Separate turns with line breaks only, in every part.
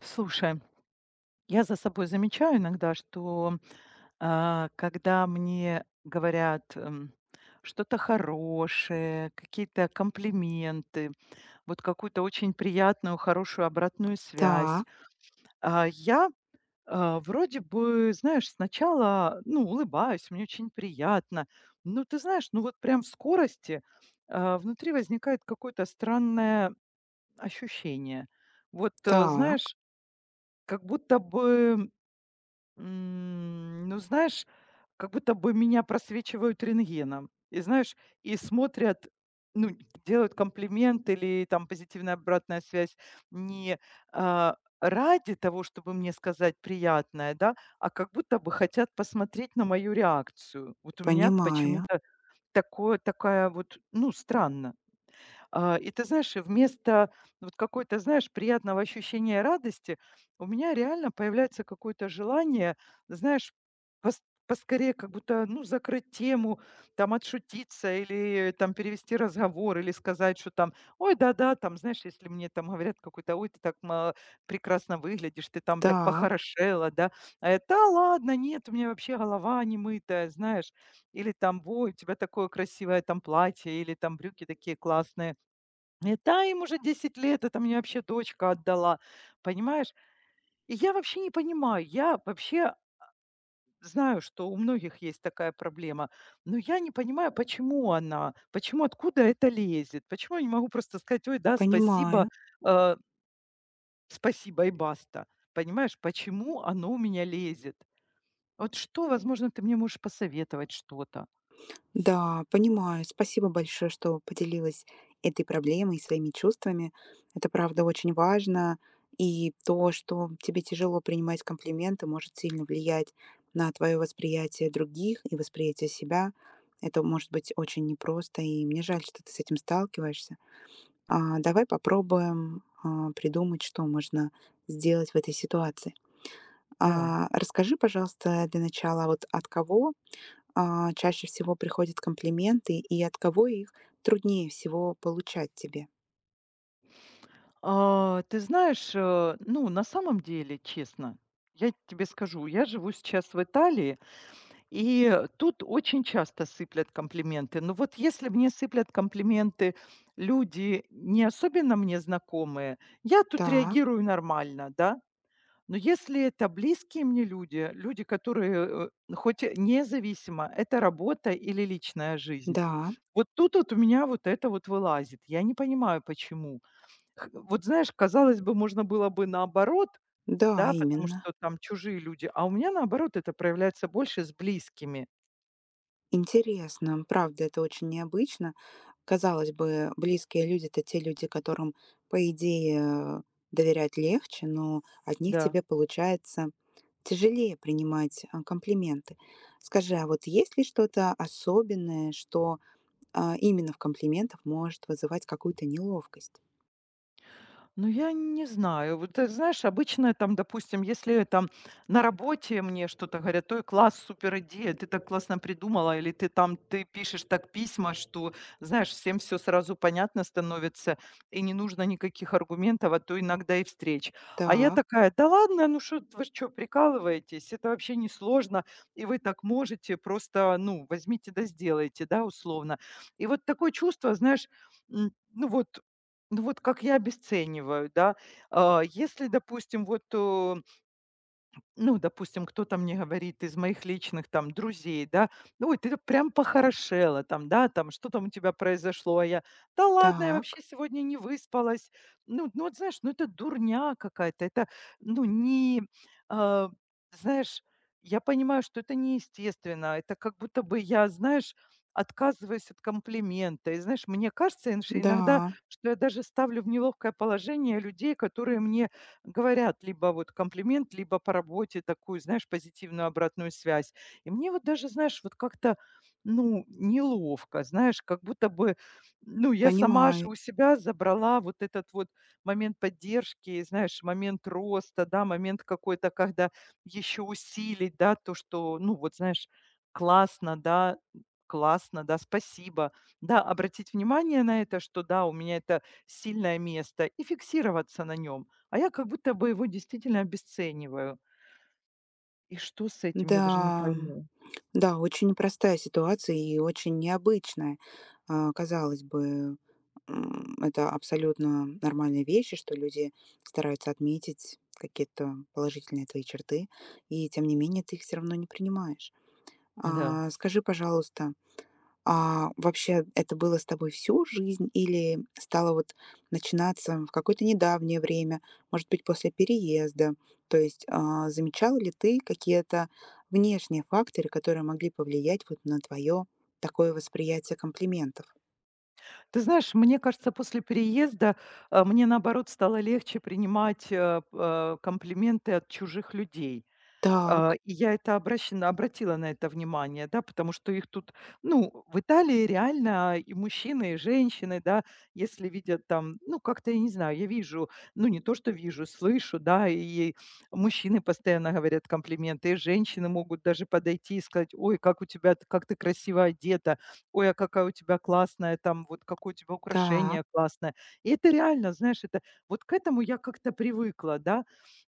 Слушай, я за собой замечаю иногда, что, когда мне говорят, что-то хорошее, какие-то комплименты, вот какую-то очень приятную, хорошую обратную связь,
Так,
я, вроде бы, знаешь, сначала, ну, улыбаюсь, мне очень приятно. Но ты знаешь, ну, вот прям в скорости, внутри возникает какое-то странное ощущение. Вот,
так,
знаешь, как будто бы ну, знаешь, как будто бы меня просвечивают рентгеном. И знаешь, и смотрят, ну, делают комплимент или там позитивная обратная связь не а, ради того, чтобы мне сказать приятное, да, а как будто бы хотят посмотреть на мою реакцию. Вот у меня
понимаю.
почему-то такое, такая вот, ну, странно. И ты знаешь, и вместо вот какой-то, знаешь, приятного ощущения радости, у меня реально появляется какое-то желание, знаешь, пос- поскорее как будто, ну, закрыть тему, там, отшутиться или там перевести разговор, или сказать, что там, ой, да-да, там, знаешь, если мне там говорят какой-то, ой, ты так прекрасно выглядишь, ты там так
Так,
похорошела, да, а это, да ладно, нет, у меня вообще голова не мытая, знаешь, или там, ой, у тебя такое красивое там платье, или там брюки такие классные, и да, им уже 10 лет, это мне вообще дочка отдала, понимаешь? И я вообще не понимаю, я вообще знаю, что у многих есть такая проблема, но я не понимаю, почему она, почему, откуда это лезет, почему я не могу просто сказать, ой, да, спасибо,
понимаю.
э, спасибо и баста, понимаешь, почему оно у меня лезет? Вот что, возможно, ты мне можешь посоветовать что-то?
Да, понимаю. Спасибо большое, что поделилась этой проблемой и своими чувствами. Это правда очень важно. И то, что тебе тяжело принимать комплименты, может сильно влиять на твое восприятие других и восприятие себя. Это может быть очень непросто, и мне жаль, что ты с этим сталкиваешься. Давай попробуем придумать, что можно сделать в этой ситуации.
Давай.
Расскажи, пожалуйста, для начала, вот от кого, чаще всего приходят комплименты и от кого их труднее всего получать тебе?
Ты знаешь, ну, на самом деле, честно, я тебе скажу, я живу сейчас в Италии, и тут очень часто сыплят комплименты. Но вот если мне сыплят комплименты люди, не особенно мне знакомые, я тут
Так,
реагирую нормально, да. Но если это близкие мне люди, люди, которые хоть и независимо, это работа или личная жизнь,
да,
вот тут вот у меня вот это вот вылазит. Я не понимаю, почему. Вот знаешь, казалось бы, можно было бы наоборот,
да,
да, потому
именно.
что там чужие люди, а у меня наоборот это проявляется больше с близкими.
Интересно, правда, это очень необычно. Казалось бы, близкие люди — это те люди, которым, по идее, доверять легче, но от них
Да.
тебе получается тяжелее принимать, комплименты. Скажи, а вот есть ли что-то особенное, что именно в комплиментах может вызывать какую-то неловкость.
Ну, я не знаю. Вот, ты знаешь, обычно там, допустим, если там на работе мне что-то говорят: «Ой, класс, супер идея, ты так классно придумала», или ты там ты пишешь так письма, что, знаешь, всем все сразу понятно становится, и не нужно никаких аргументов, а то иногда и встреч. А я
Так,
такая: «Да ладно, ну что, вы что, прикалываетесь? Это вообще не сложно и вы так можете, просто, ну, возьмите да сделайте», да, условно. И вот такое чувство, знаешь, ну вот как я обесцениваю, да. Если, допустим, вот, ну, допустим, кто-то мне говорит из моих личных там друзей, да, ой, ты прям похорошела там, да, там, что там у тебя произошло, а я, да ладно, я вообще
так,
сегодня не выспалась. Ну вот знаешь, ну это дурня какая-то, это, ну, не, а, знаешь, я понимаю, что это неестественно, это как будто бы я, знаешь, отказываюсь от комплимента. И знаешь, мне кажется иногда,
да,
что я даже ставлю в неловкое положение людей, которые мне говорят либо вот комплимент, либо по работе такую, знаешь, позитивную обратную связь. И мне вот даже, знаешь, вот как-то, ну, неловко, знаешь, как будто бы, ну, я сама же
понимаю.
у себя забрала вот этот вот момент поддержки, знаешь, момент роста, да, момент какой-то, когда еще усилить, да, то, что, ну, вот, знаешь, классно, да, классно, да, спасибо, да, обратить внимание на это, что да, у меня это сильное место и фиксироваться на нем. А я как будто бы его действительно обесцениваю. И что с этим, я даже не
Да,
пойму.
да, очень непростая ситуация и очень необычная. Казалось бы, это абсолютно нормальные вещи, что люди стараются отметить какие-то положительные твои черты, и тем не менее ты их все равно не принимаешь.
Да.
Скажи, пожалуйста, вообще это было с тобой всю жизнь или стало вот начинаться в какое-то недавнее время, может быть, после переезда? То есть, замечала ли ты какие-то внешние факторы, которые могли повлиять вот на твое такое восприятие комплиментов?
Ты знаешь, мне кажется, после переезда, мне, наоборот, стало легче принимать, комплименты от чужих людей. А,
Так,
и я это обращена обратила на это внимание, да, потому что их тут, ну, в Италии реально и мужчины, и женщины, да, если видят там, ну, как-то, я не знаю, я вижу, ну, не то, что вижу, слышу, да, и мужчины постоянно говорят комплименты, и женщины могут даже подойти и сказать, ой, как у тебя, как ты красиво одета, ой, а какая у тебя классная, там, вот какое у тебя
так,
украшение классное. И это реально, знаешь, это вот к этому я как-то привыкла, да,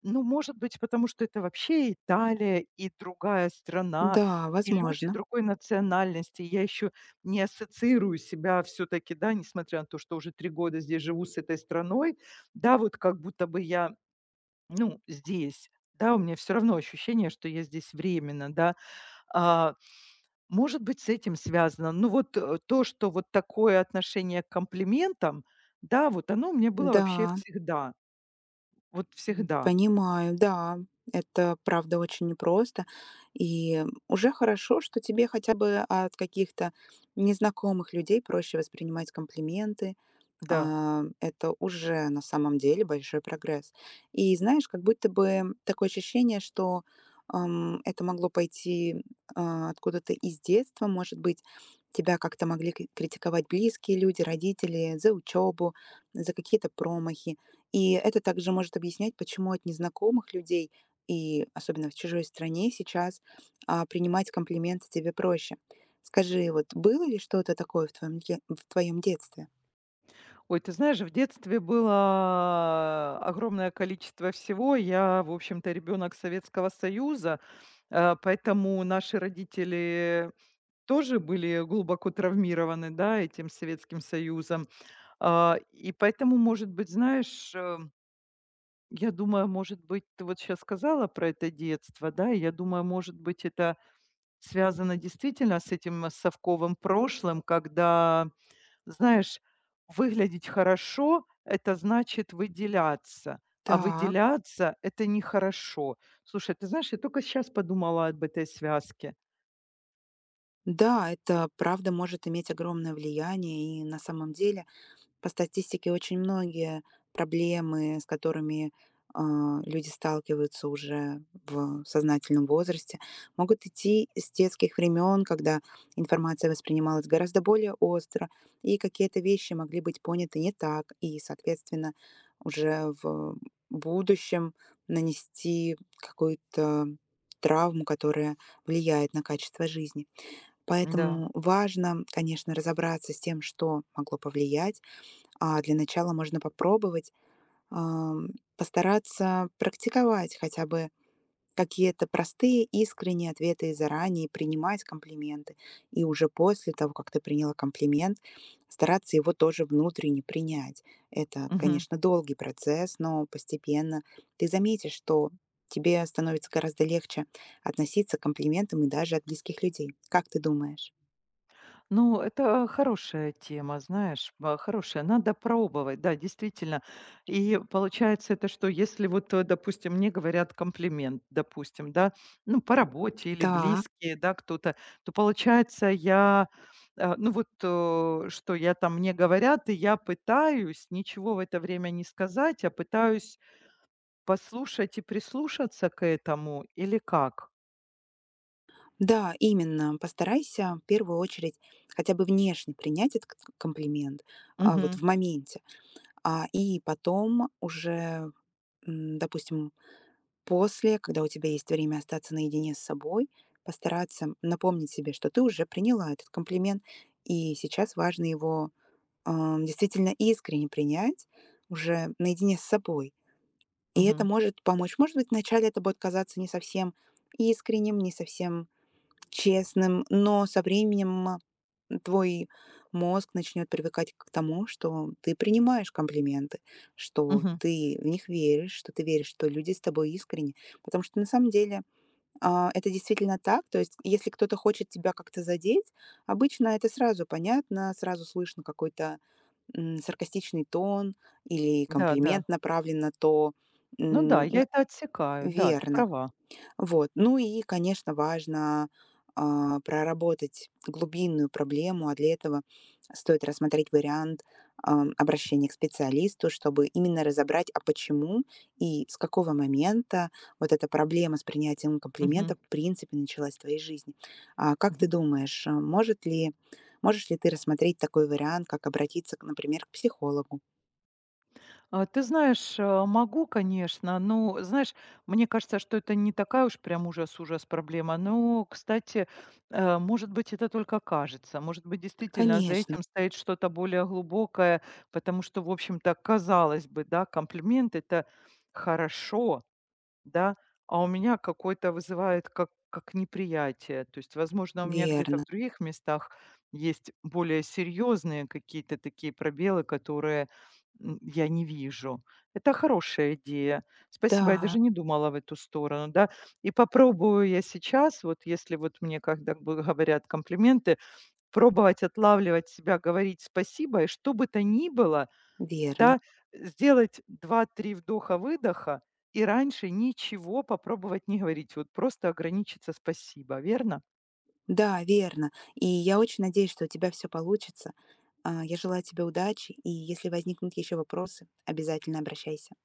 ну, может быть, потому что это вообще Италия и другая страна,
да,
и люди
возможно.
другой национальности. Я еще не ассоциирую себя все-таки, да, несмотря на то, что уже 3 года здесь живу с этой страной, да, вот как будто бы я, ну, здесь. Да, у меня все равно ощущение, что я здесь временно, да. А, может быть, с этим связано. Ну, вот то, что вот такое отношение к комплиментам, да, вот оно у меня было вообще
Да.
всегда. Вот
М,
всегда,
Понимаю, да, это правда очень непросто. И уже хорошо, что тебе хотя бы от каких-то незнакомых людей проще воспринимать комплименты,
да.
это уже на самом деле большой прогресс. И знаешь, как будто бы такое ощущение, что, это могло пойти, откуда-то из детства. Может быть, тебя как-то могли критиковать близкие люди, родители за учебу, за какие-то промахи. И это также может объяснять, почему от незнакомых людей, и особенно в чужой стране, сейчас, принимать комплименты тебе проще. Скажи, вот было ли что-то такое в твоем детстве?
Ой, ты знаешь, в детстве было огромное количество всего. Я, в общем-то, ребенок Советского Союза, поэтому наши родители тоже были глубоко травмированы, да, этим Советским Союзом. И поэтому, может быть, знаешь, я думаю, может быть, ты вот сейчас сказала про это детство, да, и я думаю, может быть, это связано действительно с этим совковым прошлым, когда знаешь, выглядеть хорошо — это значит выделяться, а
Так.
выделяться — это нехорошо. Слушай, ты знаешь, я только сейчас подумала об этой связке.
Да, это правда может иметь огромное влияние, и на самом деле по статистике очень многие проблемы, с которыми люди сталкиваются уже в сознательном возрасте, могут идти с детских времен, когда информация воспринималась гораздо более остро, и какие-то вещи могли быть поняты не так, и, соответственно, уже в будущем нанести какую-то травму, которая влияет на качество жизни.
Да.
Поэтому важно, конечно, разобраться с тем, что могло повлиять. А для начала можно попробовать ам, постараться практиковать хотя бы какие-то простые, искренние ответы и заранее принимать комплименты. И уже после того, как ты приняла комплимент, стараться его тоже внутренне принять. Это,
Мгм.
конечно, долгий процесс, но постепенно ты заметишь, что тебе становится гораздо легче относиться к комплиментам и даже от близких людей. Как ты думаешь?
Ну, это хорошая тема, знаешь, хорошая. Надо пробовать, да, действительно. И получается это, что если вот, допустим, мне говорят комплимент, допустим, да, ну, по работе или
Так,
близкие, да, кто-то, то получается я, ну, вот, что я там мне говорят, и я пытаюсь ничего в это время не сказать, а пытаюсь послушать и прислушаться к этому, или как?
да, именно. Постарайся в первую очередь хотя бы внешне принять этот комплимент вот
Угу,
в моменте, и потом уже, допустим, после, когда у тебя есть время остаться наедине с собой, постараться напомнить себе, что ты уже приняла этот комплимент, и сейчас важно его действительно искренне принять уже наедине с собой. И это
угу,
может помочь. Может быть, вначале это будет казаться не совсем искренним, не совсем честным, но со временем, твой мозг начнет привыкать к тому, что ты принимаешь комплименты, что
угу.
ты в них веришь, что ты веришь, что люди с тобой искренни. Потому что на самом деле, это действительно так. То есть если кто-то хочет тебя как-то задеть, обычно это сразу понятно, сразу слышно какой-то, саркастичный тон или
Да,
комплимент
да.
направлен на то,
Ну да,
м, н
я это отсекаю. Да, ты
верно.
права.
Вот. Ну и, конечно, важно проработать глубинную проблему, а для этого стоит рассмотреть вариант обращения к специалисту, чтобы именно разобрать, а почему и с какого момента вот эта проблема с принятием
Мгм.
комплиментов в принципе началась в твоей жизни. А как ты
Мгм.
думаешь, можешь ли ты рассмотреть такой вариант, как обратиться, к, например, к психологу?
Ты знаешь, могу, конечно, но, знаешь, мне кажется, что это не такая уж прям ужас-ужас проблема. Но, кстати, может быть, это только кажется. Может быть, действительно за
Конечно,
этим стоит что-то более глубокое, потому что, в общем-то, казалось бы, да, комплимент это хорошо, да, а у меня какой-то вызывает как неприятие. То есть, возможно, у меня где-то
верно.
в других местах есть более серьезные какие-то такие пробелы, которые, я не вижу. Это хорошая идея. Спасибо, я
Да,
даже не думала в эту сторону, да. И попробую я сейчас, вот если вот мне когда бы говорят комплименты, пробовать отлавливать себя, говорить спасибо, и что бы то ни было,
верно.
да, сделать два-три вдоха-выдоха и раньше ничего попробовать не говорить. Вот просто ограничиться «спасибо», верно?
Да, верно. И я очень надеюсь, что у тебя все получится. Я желаю тебе удачи, и если возникнут еще вопросы, обязательно обращайся.